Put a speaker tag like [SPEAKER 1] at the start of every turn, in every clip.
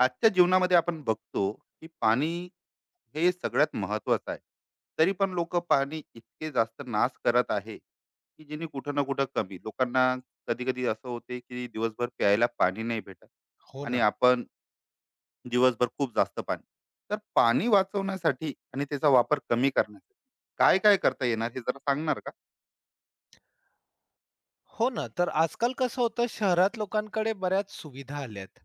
[SPEAKER 1] आजच्या जीवनामध्ये आपण बघतो की पाणी हे सगळ्यात महत्वाचं आहे. तरी पण लोक पाणी इतके जास्त नाश करत आहे की जिने कुठं ना कुठं कमी लोकांना कधी कधी असं होते की दिवसभर प्यायला पाणी नाही भेटत.
[SPEAKER 2] हो
[SPEAKER 1] आणि
[SPEAKER 2] ना.
[SPEAKER 1] आपण दिवसभर खूप जास्त पाणी. तर पाणी वाचवण्यासाठी आणि त्याचा वापर कमी करण्यासाठी काय काय करता येणार हे जरा सांगणार का?
[SPEAKER 2] हो ना. तर आजकाल कसं होतं शहरात लोकांकडे बऱ्याच सुविधा आल्यात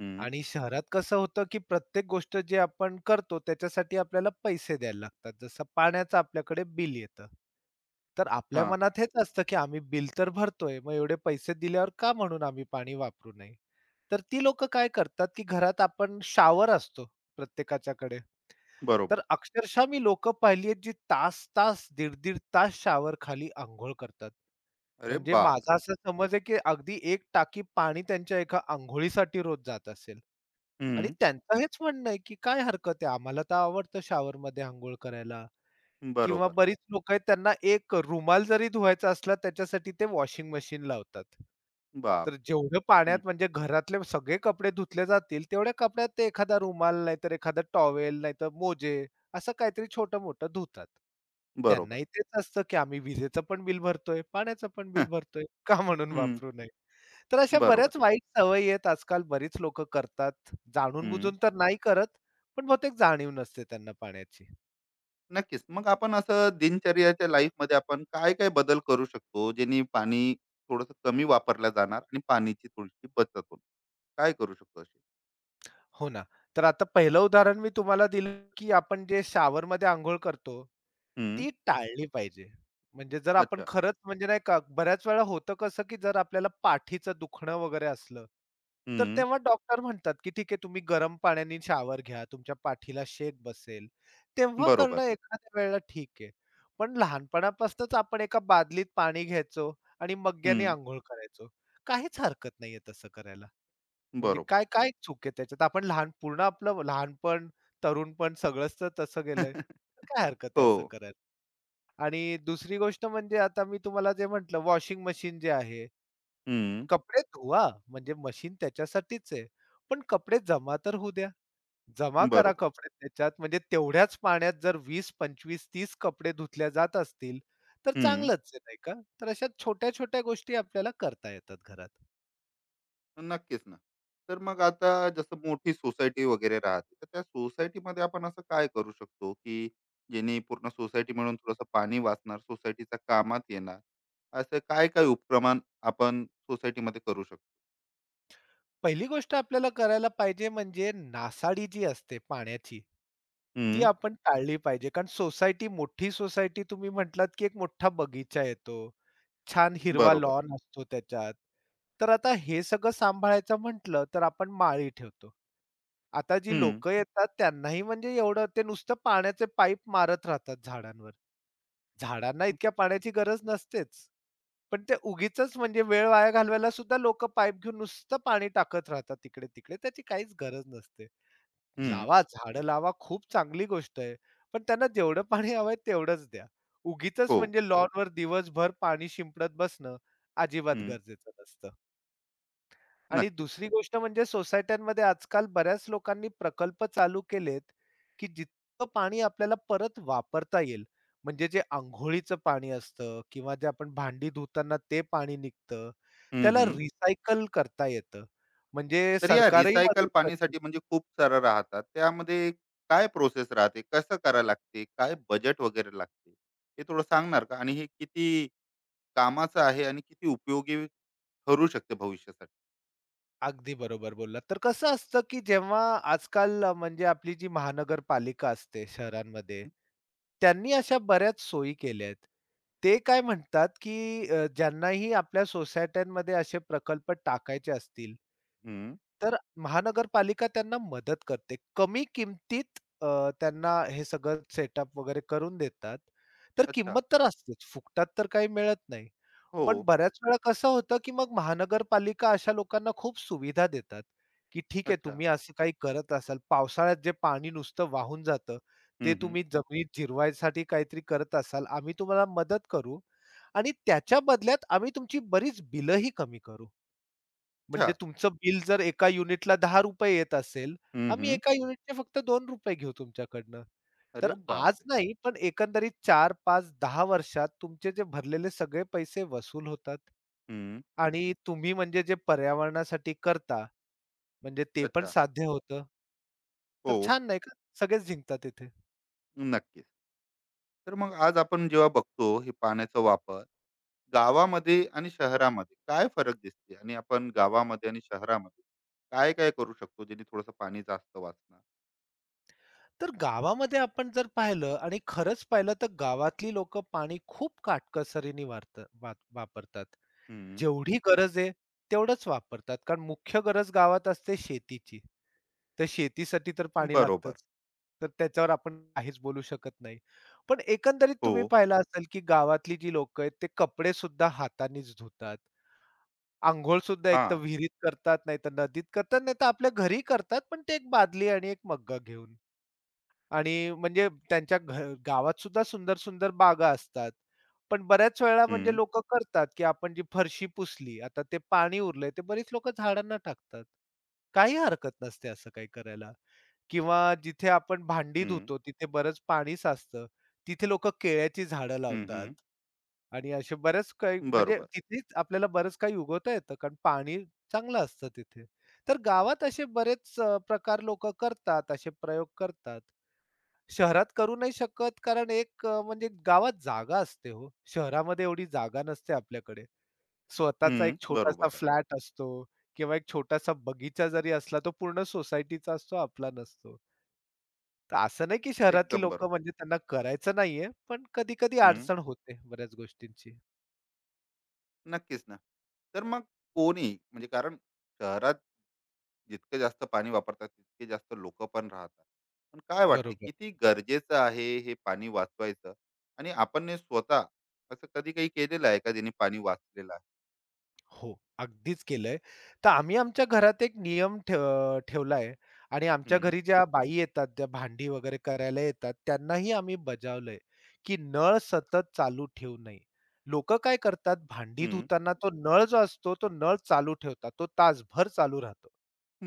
[SPEAKER 1] हम्म.
[SPEAKER 2] आणि शहरात कसं होतं, की प्रत्येक गोष्ट जे आपण करतो त्याच्यासाठी आपल्याला पैसे द्यायला लागतात. जसं पाण्याचं आपल्याकडे बिल येतं. तर
[SPEAKER 1] हा.
[SPEAKER 2] आपल्या मनात हेच असतं, की आम्ही बिल तर भरतोय, मग एवढे पैसे दिल्यावर का म्हणून आम्ही पाणी वापरू नये? तर ती लोकं काय करतात, की घरात आपण शॉवर असतो प्रत्येकाच्याकडे. तर
[SPEAKER 1] बरोबर.
[SPEAKER 2] अक्षरशः मी लोकं पाहिली आहेत, जी तास-तास, दीड-दीड तास शावर खाली अंघोळ करतात.
[SPEAKER 1] अरे
[SPEAKER 2] म्हणजे
[SPEAKER 1] बापरे.
[SPEAKER 2] माझा असा समज आहे, की अगदी एक टाकी पाणी त्यांच्या एका अंघोळीसाठी रोज जात असेल. आणि
[SPEAKER 1] हम्म.
[SPEAKER 2] त्यांचं हेच म्हणणं आहे, की काय हरकत आहे, आम्हाला तर आवडतं शॉवरमध्ये अंघोळ करायला. किंवा
[SPEAKER 1] बरोबर.
[SPEAKER 2] बरीच लोकं आहेत त्यांना एक रुमाल जरी धुवायचा असला त्याच्यासाठी ते वॉशिंग मशीन लावतात.
[SPEAKER 1] बाप.
[SPEAKER 2] तर जेवढं पाण्यात
[SPEAKER 1] हम्म.
[SPEAKER 2] म्हणजे घरातले सगळे कपडे धुतले जातील तेवढ्या कपड्यात ते एखादा रुमाल नाहीतर एखादा टॉवेल नाहीतर मोजे असं काहीतरी छोटं-मोठं धुतात.
[SPEAKER 1] बरोबर.
[SPEAKER 2] त्यांनाही तेच असतं की आम्ही विजेचं पण बिल भरतोय, पाण्याचं पण बिल भरतोय, का म्हणून
[SPEAKER 1] हम्म.
[SPEAKER 2] वापरू नये? तर अशा
[SPEAKER 1] बरोबर.
[SPEAKER 2] बऱ्याच वाईट सवयी आहेत आजकाल बरीच लोकं करतात. जाणून-बुजून तर नाही करत, पण बहुतेक जाणीव नसते त्यांना पाण्याची.
[SPEAKER 1] नक्कीच. मग आपण असं दिनचर्याच्या लाईफमध्ये आपण काय-काय बदल करू शकतो, ज्यांनी पाणी थोडंसं कमी वापरलं जाणार आणि पाण्याची थोडीशी बचत होईल? काय करू शकतो अशी?
[SPEAKER 2] हो ना. तर आता पहिलं उदाहरण मी तुम्हाला दिलं, की आपण जे शॉवरमध्ये अंघोळ करतो,
[SPEAKER 1] हं.
[SPEAKER 2] ती टाळली पाहिजे. म्हणजे जर आपण
[SPEAKER 1] अच्छा.
[SPEAKER 2] खरंच म्हणजे नाही का, बऱ्याच वेळा होतं कसं, की जर आपल्याला पाठीचं दुखणं वगैरे असलं, तर
[SPEAKER 1] हं.
[SPEAKER 2] तेव्हा डॉक्टर म्हणतात, की ठीक आहे तुम्ही गरम पाण्याने शॉवर घ्या, तुमच्या पाठीला शेक बसेल. तेव्हा
[SPEAKER 1] बरोबर.
[SPEAKER 2] करणं एखाद्या वेळेला ठीक आहे. पण लहानपणापासूनच आपण एका बादलीत पाणी घ्यायचो आणि मग्ग्याने
[SPEAKER 1] हं.
[SPEAKER 2] अंघोळ करायचो. काहीच हरकत नाहीये तसं करायला. म्हणजे
[SPEAKER 1] बरोबर.
[SPEAKER 2] काय काय चूक आहे त्याच्यात? आपण लहान पूर्ण आपलं लहानपण, तरुणपण सगळंच तर तसं गेलंय. तर काय हरकत आहे असं
[SPEAKER 1] हो.
[SPEAKER 2] करायला? आणि दुसरी गोष्ट म्हणजे आता मी तुम्हाला जे म्हटलं वॉशिंग मशीन जे आहे,
[SPEAKER 1] हं.
[SPEAKER 2] कपडे धुवा म्हणजे मशीन त्याच्यासाठीच आहे. पण कपडे जमा तर होऊ द्या. जमा करा
[SPEAKER 1] बरोबर.
[SPEAKER 2] कपडे त्याच्यात म्हणजे तेवढ्याच पाण्यात जर 20, 25, 30 कपडे धुतल्या जात असतील, तर
[SPEAKER 1] हं.
[SPEAKER 2] चांगलंच आहे नाही का? तर अशा छोट्या-छोट्या गोष्टी आपल्याला करता येतात घरात.
[SPEAKER 1] नक्कीच ना. तर मग आता जसं मोठी सोसायटी वगैरे राहते, तर त्या सोसायटीमध्ये आपण असं काय करू शकतो, की जेणे पूर्ण सोसायटी मिळून थोडंसं पाणी वाचणार, सोसायटीच्या कामात येणार? असं काय-काय उपक्रम आपण सोसायटीमध्ये करू शकतो?
[SPEAKER 2] पहिली गोष्ट आपल्याला करायला पाहिजे म्हणजे नासाडी जी असते पाण्याची, ती
[SPEAKER 1] हं,
[SPEAKER 2] आपण टाळली पाहिजे. कारण सोसायटी मोठी सोसायटी तुम्ही म्हटलात, की एक मोठा बगीचा येतो. छान हिरवा
[SPEAKER 1] बरोबर.
[SPEAKER 2] लॉन असतो त्याच्यात. तर आता हे सगळं सांभाळायचं म्हटलं, तर आपण माळी ठेवतो. आता जी
[SPEAKER 1] हं,
[SPEAKER 2] लोकं येतात त्यांनाही म्हणजे एवढं ते नुसतं पाण्याचे पाईप मारत राहतात झाडांवर. झाडांना इतक्या पाण्याची गरज नसतेच. पण ते उगीचच म्हणजे वेळ वाया घालवायला सुद्धा लोकं पाईप घेऊन नुसतं पाणी टाकत राहतात इकडे-तिकडे. त्याची काहीच गरज नसते.
[SPEAKER 1] हं.
[SPEAKER 2] लावा, झाडं लावा खूप चांगली गोष्ट आहे. पण त्यांना जेवढं पाणी हवंय तेवढंच द्या. उगीचच
[SPEAKER 1] हो.
[SPEAKER 2] म्हणजे हो. लॉनवर दिवसभर पाणी शिंपडत बसणं अजिबात
[SPEAKER 1] हं,
[SPEAKER 2] गरजेचं नसतं. आणि
[SPEAKER 1] नक्कीच.
[SPEAKER 2] दुसरी गोष्ट म्हणजे सोसायट्यांमध्ये आजकाल बऱ्याच लोकांनी प्रकल्प चालू केलेत, की जितकं पाणी आपल्याला परत वापरता येईल. म्हणजे जे अंघोळीचं पाणी असतं किंवा जे आपण भांडी धुताना ते पाणी निघतं,
[SPEAKER 1] हं,
[SPEAKER 2] त्याला
[SPEAKER 1] हं.
[SPEAKER 2] रिसायकल करता येतं. म्हणजे
[SPEAKER 1] तर या
[SPEAKER 2] सरकारही
[SPEAKER 1] रिसायकल
[SPEAKER 2] मदत करतं.
[SPEAKER 1] पाणीसाठी म्हणजे खूप सारं राहतात. त्यामध्ये काय प्रोसेस राहते? कसं करायला लागते? काय बजेट वगैरे लागते? हे थोडं सांगणार का? आणि हे किती कामाचं आहे आणि किती उपयोगी ठरू शकते भविष्यासाठी?
[SPEAKER 2] अगदी बरोबर बोललात. तर कसं असतं, की जेव्हा आजकाल म्हणजे आपली जी महानगरपालिका असते शहरांमध्ये, त्यांनी अशा बऱ्याच सोयी केल्या आहेत. ते काय म्हणतात, की ज्यांनाही आपल्या सोसायट्यांमध्ये असे प्रकल्प टाकायचे असतील,
[SPEAKER 1] हं.
[SPEAKER 2] तर महानगरपालिका त्यांना मदत करते. कमी किमतीत त्यांना हे सगळं सेटअप वगैरे करून देतात. तर
[SPEAKER 1] अच्छा.
[SPEAKER 2] किंमत तर असतेच, फुकटात तर काही मिळत नाही.
[SPEAKER 1] हो.
[SPEAKER 2] पण बऱ्याच वेळा कसं होतं, की मग महानगरपालिका अशा लोकांना खूप सुविधा देतात, की ठीक आहे
[SPEAKER 1] अच्छा.
[SPEAKER 2] तुम्ही असं काही करत असाल, पावसाळ्यात जे पाणी नुसतं वाहून जातं,
[SPEAKER 1] हं,
[SPEAKER 2] ते
[SPEAKER 1] हं.
[SPEAKER 2] तुम्ही जमिनीत जिरवायसाठी काहीतरी करत असाल, आम्ही तुम्हाला मदत करू आणि त्याच्या बदल्यात आम्ही तुमची बरीच बिलही कमी करू.
[SPEAKER 1] अच्छा.
[SPEAKER 2] म्हणजे तुमचं बिल जर एका युनिटला ₹10 येत असेल,
[SPEAKER 1] हं,
[SPEAKER 2] आम्ही
[SPEAKER 1] हं.
[SPEAKER 2] एका युनिटचे फक्त ₹2 घेऊ तुमच्याकडनं. तर
[SPEAKER 1] अरे
[SPEAKER 2] आज
[SPEAKER 1] बापरे!
[SPEAKER 2] नाही, पण एकंदरीत 4, 5, 10 वर्षात तुमचे जे भरलेले सगळे पैसे वसूल होतात.
[SPEAKER 1] हं.
[SPEAKER 2] आणि तुम्ही म्हणजे जे पर्यावरणासाठी करता, म्हणजे ते पण
[SPEAKER 1] अच्छा.
[SPEAKER 2] साध्य होतं. तर
[SPEAKER 1] हो,
[SPEAKER 2] छान नाही का? सगळेच जिंकतात इथे.
[SPEAKER 1] नक्कीच. तर मग आज आपण जेव्हा बघतो हे पाण्याचा वापर गावामध्ये आणि शहरामध्ये काय फरक दिसते? आणि आपण गावामध्ये आणि शहरामध्ये काय-काय करू शकतो जेणे थोडंसं पाणी जास्त वाचणार?
[SPEAKER 2] तर गावामध्ये आपण जर पाहिलं आणि खरंच पाहिलं तर गावातली लोकं पाणी खूप काटकसरीने वारत वाप वापरतात.
[SPEAKER 1] हं.
[SPEAKER 2] जेवढी गरज आहे तेवढंच वापरतात. कारण मुख्य गरज गावात असते शेतीची. तर शेतीसाठी तर पाणी
[SPEAKER 1] बरोबर.
[SPEAKER 2] लागतंच. तर त्याच्यावर आपण काहीच बोलू शकत नाही. पण एकंदरीत
[SPEAKER 1] हो.
[SPEAKER 2] तुम्ही पाहिलं असेल, की गावातली जी लोकं आहेत ते कपडे सुद्धा हातानेच धुतात. अंघोळ सुद्धा एक तर
[SPEAKER 1] हां.
[SPEAKER 2] विहिरीत करतात, नाहीतर नदीत करतात, नाहीतर आपल्या घरी करतात. पण ते एक बादली आणि एक मग्गा घेऊन आणि म्हणजे त्यांच्या घ गावात सुद्धा सुंदर-सुंदर बागा असतात. पण बऱ्याच वेळेला म्हणजे
[SPEAKER 1] हं,
[SPEAKER 2] लोकं करतात, की आपण जी फरशी पुसली, आता ते पाणी उरलंय, ते बरीच लोकं झाडांना टाकतात. काही हरकत नसते असं काही करायला. किंवा जिथे आपण भांडी
[SPEAKER 1] हं.
[SPEAKER 2] धुतो तिथे बरंच पाणी साचतं. तिथे लोकं केळ्याची झाडं
[SPEAKER 1] हं,
[SPEAKER 2] लावतात
[SPEAKER 1] हं.
[SPEAKER 2] आणि असे बरेच काही म्हणजे
[SPEAKER 1] बरोबर.
[SPEAKER 2] तिथेच आपल्याला बरंच काही उगवता येतं कारण पाणी चांगलं असतं तिथे. तर गावात असे बरेच प्रकार लोकं करतात, असे प्रयोग करतात. शहरात करू नाही शकत कारण एक म्हणजे गावात जागा असते हो. शहरामध्ये एवढी जागा नसते आपल्याकडे. स्वतःचा
[SPEAKER 1] हं.
[SPEAKER 2] एक छोटासा
[SPEAKER 1] बरोबर आहे.
[SPEAKER 2] फ्लॅट असतो किंवा एक छोटासा बगीचा जरी असला तो पूर्ण सोसायटीचा असतो, आपला नसतो. तर असं नाही की शहरातली
[SPEAKER 1] एकदम
[SPEAKER 2] लोकं
[SPEAKER 1] बरोबर.
[SPEAKER 2] म्हणजे त्यांना करायचं नाहीये, पण कधी-कधी अडचण होते बऱ्याच गोष्टींची.
[SPEAKER 1] नक्कीच ना. तर मग कोणी म्हणजे कारण शहरात जितकं जास्त पाणी वापरतात, तितके जास्त लोकं पण राहतात. पण काय वाटते
[SPEAKER 2] बरोबर.
[SPEAKER 1] किती गरजेचं आहे हे पाणी वाचवायचं? आणि आपण हे स्वतः असं कधी काही केलेलं आहे का ज्याने पाणी वाचलेलं आहे?
[SPEAKER 2] हो, अगदीच केलंय. तर आम्ही आमच्या घरात एक नियम ठेवला आणि आमच्या
[SPEAKER 1] हं,
[SPEAKER 2] घरी ज्या बाई येतात, ज्या भांडी वगैरे करायला येतात, त्यांनाही आम्ही बजावलंय, की नळ सतत चालू ठेवू नये. लोकं काय करतात, भांडी
[SPEAKER 1] हं.
[SPEAKER 2] धुताना तो नळ जो असतो, तो नळ चालू ठेवतात. तो तासभर चालू राहतो.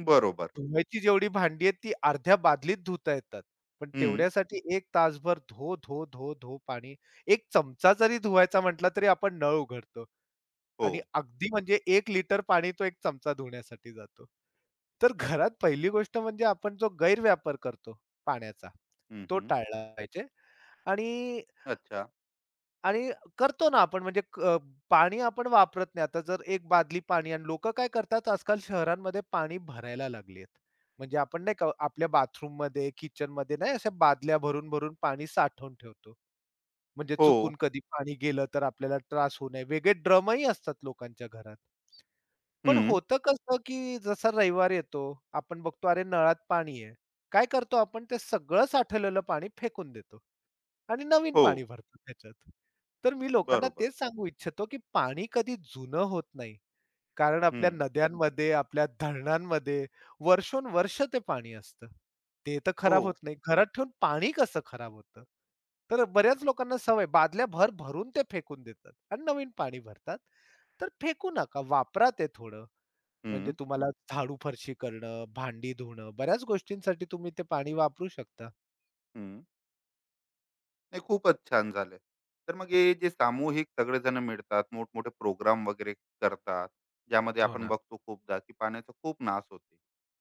[SPEAKER 1] बरोबर.
[SPEAKER 2] धुवायची जेवढी भांडी आहेत ती अर्ध्या बादलीत धुता येतात. पण
[SPEAKER 1] हं.
[SPEAKER 2] तेवढ्यासाठी एक तासभर धो, धो, धो, धो पाणी. एक चमचा जरी धुवायचा म्हटला तरी आपण नळ उघडतो
[SPEAKER 1] हो.
[SPEAKER 2] आणि अगदी म्हणजे एक लिटर पाणी तो एक चमचा धुण्यासाठी जातो. तर घरात पहिली गोष्ट म्हणजे आपण जो गैरव्यापार करतो पाण्याचा,
[SPEAKER 1] हं,
[SPEAKER 2] तो
[SPEAKER 1] हं.
[SPEAKER 2] टाळला पाहिजे आणि
[SPEAKER 1] अच्छा.
[SPEAKER 2] आणि करतो ना आपण म्हणजे पाणी आपण वापरत नाही. आता जर एक बादली पाणी आणि लोकं काय करतात आजकाल शहरांमध्ये पाणी भरायला लागली आहेत. म्हणजे आपण नाही का आपल्या बाथरूममध्ये, किचनमध्ये नाही अशा बादल्या भरून-भरून पाणी साठवून ठेवतो. म्हणजे
[SPEAKER 1] हो.
[SPEAKER 2] चुकून कधी पाणी गेलं तर आपल्याला त्रास होऊ नये. वेगळे ड्रमही असतात लोकांच्या घरात. पण
[SPEAKER 1] हं.
[SPEAKER 2] होतं कसं, की जसा रविवार येतो, आपण बघतो अरे नळात पाणी आहे. काय करतो आपण ते सगळं साठवलेलं पाणी फेकून देतो. आणि नवीन
[SPEAKER 1] हो.
[SPEAKER 2] पाणी भरतात त्याच्यात. तर मी लोकांना
[SPEAKER 1] बरोबर.
[SPEAKER 2] तेच सांगू इच्छितो, की पाणी कधी जुनं होत नाही. कारण आपल्या
[SPEAKER 1] हं.
[SPEAKER 2] नद्यांमध्ये, आपल्या धरणांमध्ये वर्षोनवर्ष ते पाणी असतं. ते तर
[SPEAKER 1] हो.
[SPEAKER 2] खराब होत नाही. घरात ठेवून पाणी कसं खराब होतं? तर बऱ्याच लोकांना सवय बादल्या भर भरून ते फेकून देतात आणि नवीन पाणी भरतात. तर फेकू नका, वापरा ते थोडं. म्हणजे
[SPEAKER 1] हं,
[SPEAKER 2] तुम्हाला झाडू फरशी करणं, भांडी धुणं, बऱ्याच गोष्टींसाठी तुम्ही ते पाणी वापरू शकता.
[SPEAKER 1] हं. नाही, खूपच छान झालं. तर मग हे जे सामूहिक सगळेजण मिळतात, मोठमोठे प्रोग्राम वगैरे करतात, ज्यामध्ये
[SPEAKER 2] हो
[SPEAKER 1] आपण
[SPEAKER 2] ना,
[SPEAKER 1] बघतो खूपदा की पाण्याचा खूप नाश होते.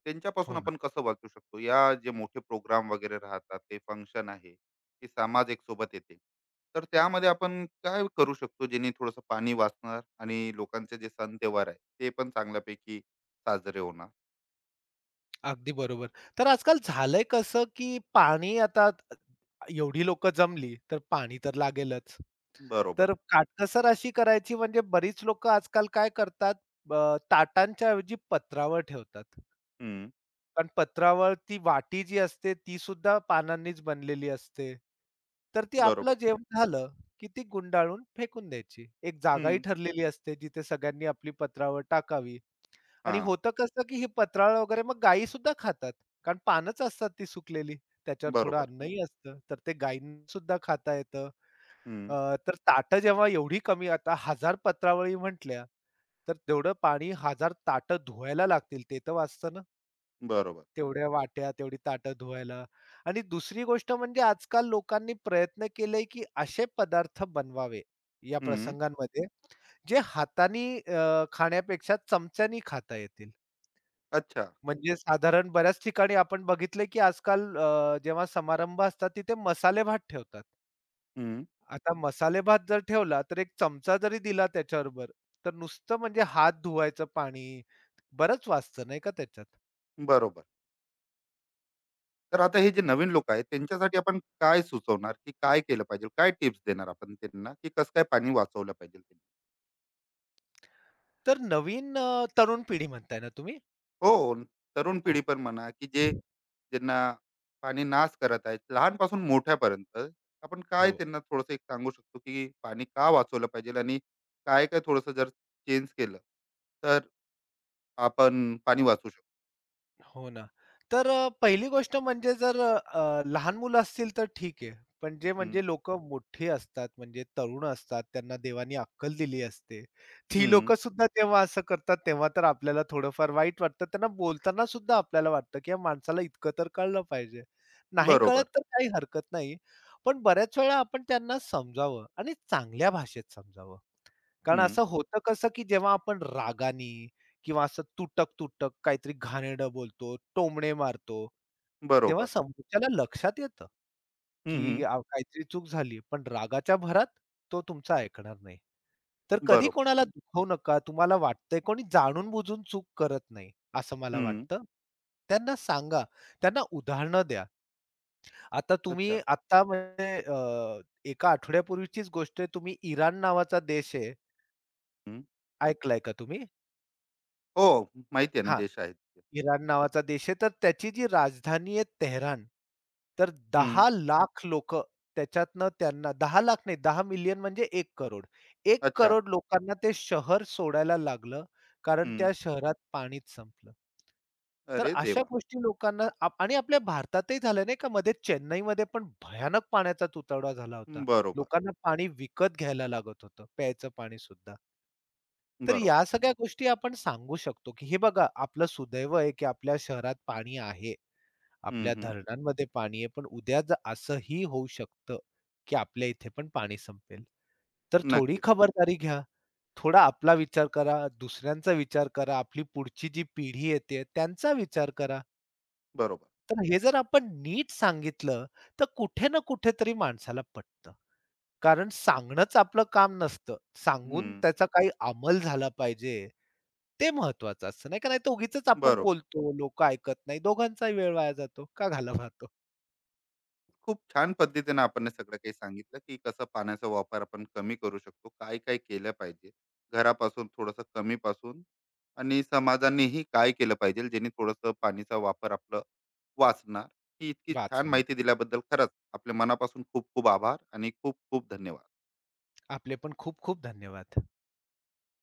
[SPEAKER 1] त्यांच्यापासून
[SPEAKER 2] हो ना.
[SPEAKER 1] आपण कसं वाचू शकतो? या जे मोठे प्रोग्राम वगैरे राहतात, ते फंक्शन आहे, की समाज एक सोबत येते. तर त्यामध्ये आपण काय करू शकतो, जेणे थोडंसं पाणी वाचणार आणि लोकांचे जे सण त्योहार आहे, ते पण चांगल्यापैकी साजरे होणार?
[SPEAKER 2] अगदी बरोबर. तर आजकाल झालंय कसं, की पाणी आता एवढी लोकं जमली, तर पाणी तर लागेलच.
[SPEAKER 1] बरोबर.
[SPEAKER 2] तर काटकसर अशी करायची म्हणजे बरीच लोकं आजकाल काय करतात, ताटांच्या ऐवजी पत्रावळ ठेवतात.
[SPEAKER 1] हं.
[SPEAKER 2] कारण पत्रावळ ती वाटी जी असते, ती सुद्धा पानांनीच बनलेली असते. तर ती आपलं
[SPEAKER 1] बरोबर.
[SPEAKER 2] जेवण झालं, की ती गुंडाळून फेकून द्यायची. एक जागाही
[SPEAKER 1] हं.
[SPEAKER 2] ठरलेली असते, जिथे सगळ्यांनी आपली पत्रावळ टाकावी. आणि
[SPEAKER 1] हां.
[SPEAKER 2] होतं कसं, की हे पत्रावळ वगैरे मग गायी सुद्धा खातात. कारण पानच असतात ती सुकलेली. त्याच्यावर थोडं
[SPEAKER 1] बरोबर.
[SPEAKER 2] अन्नही असतं. तर ते गायींना सुद्धा खाता येतं.
[SPEAKER 1] हं.
[SPEAKER 2] तर ताटं जेव्हा एवढी कमी आता 1000 पत्रावळी म्हटल्या, तर तेवढं पाणी 1000 ताटं धुवायला लागतील. ते तर वाचतं ना.
[SPEAKER 1] बरोबर.
[SPEAKER 2] तेवढ्या वाट्या, तेवढी ताटं धुवायला. आणि दुसरी गोष्ट म्हणजे आजकाल लोकांनी प्रयत्न केलाय, की असे पदार्थ बनवावे या
[SPEAKER 1] हं.
[SPEAKER 2] प्रसंगांमध्ये, जे हातानी खाण्यापेक्षा चमच्यानी खाता येतील.
[SPEAKER 1] अच्छा.
[SPEAKER 2] म्हणजे साधारण बऱ्याच ठिकाणी आपण बघितलंय, की आजकाल जेव्हा समारंभ असतात तिथे मसाले भात ठेवतात.
[SPEAKER 1] हं,
[SPEAKER 2] आता मसाले भात जर ठेवला, तर एक चमचा जरी दिला त्याच्याबरोबर, तर नुसतं म्हणजे हात धुवायचं पाणी बरंच वाचतं नाही का त्याच्यात.
[SPEAKER 1] बरोबर. तर आता हे जे नवीन लोकं आहेत, त्यांच्यासाठी आपण काय सुचवणार, की काय केलं पाहिजे? काय टिप्स देणार आपण त्यांना, की कसं काय पाणी वाचवलं पाहिजे त्यांनी?
[SPEAKER 2] तर नवीन तरुण पिढी म्हणताय ना तुम्ही?
[SPEAKER 1] हो, तरुण पिढी
[SPEAKER 2] हो.
[SPEAKER 1] पण म्हणा, की जे ज्यांना पाणी नाश करत आहेत, लहानपासून मोठ्यापर्यंत आपण काय
[SPEAKER 2] हो.
[SPEAKER 1] त्यांना थोडंसं एक सांगू शकतो, की पाणी का वाचवलं पाहिजे आणि काय-काय थोडंसं जर चेंज केलं, तर आपण पाणी वाचवू शकतो?
[SPEAKER 2] हो ना. तर पहिली गोष्ट म्हणजे जर लहान मुलं असतील तर ठीक आहे. पण जे
[SPEAKER 1] हं,
[SPEAKER 2] म्हणजे लोकं मोठी असतात, म्हणजे तरुण असतात, त्यांना देवानी अक्कल दिली असते. ती
[SPEAKER 1] हं,
[SPEAKER 2] लोकं सुद्धा तेव्हा असं करतात, तेव्हा तर आपल्याला थोडंफार वाईट वाटतं. त्यांना बोलताना सुद्धा आपल्याला वाटतं, की या माणसाला इतकं तर कळलं पाहिजे. नाही कळत
[SPEAKER 1] बरोबर.
[SPEAKER 2] तर काही हरकत नाही. पण बऱ्याच वेळा आपण त्यांना समजावं आणि चांगल्या भाषेत समजावं. कारण
[SPEAKER 1] हं,
[SPEAKER 2] असं होतं कसं, की जेव्हा आपण रागानी किंवा असं तुटक-तुटक काहीतरी घाणेरडं बोलतो, टोमणे मारतो, तेव्हा
[SPEAKER 1] बरोबर.
[SPEAKER 2] समोरच्याला लक्षात येतं,
[SPEAKER 1] हं, हं,
[SPEAKER 2] की काहीतरी चूक झाली. पण रागाच्या भरात तो तुमचं ऐकणार नाही. तर कधी
[SPEAKER 1] बरोबर.
[SPEAKER 2] कोणाला दुखवू नका. तुम्हाला वाटतंय कोणी जाणून-बुजून चूक करत नाही, असं मला
[SPEAKER 1] हं,
[SPEAKER 2] वाटतं. त्यांना सांगा, त्यांना उदाहरणं द्या. आता तुम्ही
[SPEAKER 1] अच्छा.
[SPEAKER 2] आत्ता म्हणजे एका आठवड्यापूर्वीचीच गोष्ट आहे. तुम्ही इराण नावाचा देश आहे, ऐकलंय का तुम्ही?
[SPEAKER 1] हो, माहिती आहे ना,
[SPEAKER 2] हां,
[SPEAKER 1] देश आहेत ते.
[SPEAKER 2] इराण नावाचा देश आहे. तर त्याची जी राजधानी आहे तेहरान, तर
[SPEAKER 1] हं.
[SPEAKER 2] 10,00,000 लोकं त्याच्यातनं त्यांना 10,00,000 नाही 10,000,000 म्हणजे 1,00,00,000.
[SPEAKER 1] अच्छा.
[SPEAKER 2] 1,00,00,000 लोकांना ते शहर सोडायला लागलं, कारण
[SPEAKER 1] हं.
[SPEAKER 2] त्या शहरात पाणीच संपलं. तर
[SPEAKER 1] अरे
[SPEAKER 2] अशा
[SPEAKER 1] देवा!
[SPEAKER 2] गोष्टी लोकांना आणि आपल्या भारतातही झालं नाही का, मध्ये चेन्नईमध्ये पण भयानक पाण्याचा तुटवडा झाला होता.
[SPEAKER 1] हम्म, बरोबर,
[SPEAKER 2] लोकांना पाणी विकत घ्यायला लागत होतं, प्यायचं पाणीसुद्धा. तर
[SPEAKER 1] बरोबर.
[SPEAKER 2] या सगळ्या गोष्टी आपण सांगू शकतो, की हे बघा आपलं सुदैव आहे, की आपल्या शहरात पाणी आहे.
[SPEAKER 1] हं,
[SPEAKER 2] आपल्या
[SPEAKER 1] हं.
[SPEAKER 2] धरणांमध्ये पाणी आहे. पण उद्या जर असंही होऊ शकतं, की आपल्या इथे पण पाणी संपेल. तर थोडी
[SPEAKER 1] नक्कीच.
[SPEAKER 2] खबरदारी घ्या. थोडा आपला विचार करा, दुसऱ्यांचा विचार करा, आपली पुढची जी पिढी येते त्यांचा विचार करा.
[SPEAKER 1] बरोबर.
[SPEAKER 2] तर हे जर आपण नीट सांगितलं, तर कुठे ना कुठेतरी माणसाला पटतं. कारण सांगणंच आपलं काम नसतं. सांगून
[SPEAKER 1] हं.
[SPEAKER 2] त्याचा काही अंमल झाला पाहिजे, ते महत्वाचं असतं, नाही का? नाहीतर उगीचच आपण
[SPEAKER 1] बरोबर.
[SPEAKER 2] बोलतो, लोकं ऐकत नाही, दोघांचाही वेळ वाया जातो. का घालवावा तो?
[SPEAKER 1] खूप छान पद्धतीने आपण हे सगळं काही सांगितलं, की कसं पाण्याचा वापर आपण कमी करू शकतो. काय-काय केलं पाहिजे. घरापासून थोडंसं कमीपासून आणि समाजानेही काय केलं पाहिजे, जेणे थोडंसं पाणीचा वापर आपलं वाचणार. ही इतकी छान माहिती
[SPEAKER 2] वाचणार.
[SPEAKER 1] दिल्याबद्दल खरंच आपल्या मनापासून खूप-खूप आभार आणि खूप-खूप धन्यवाद.
[SPEAKER 2] आपले पण खूप खूप धन्यवाद.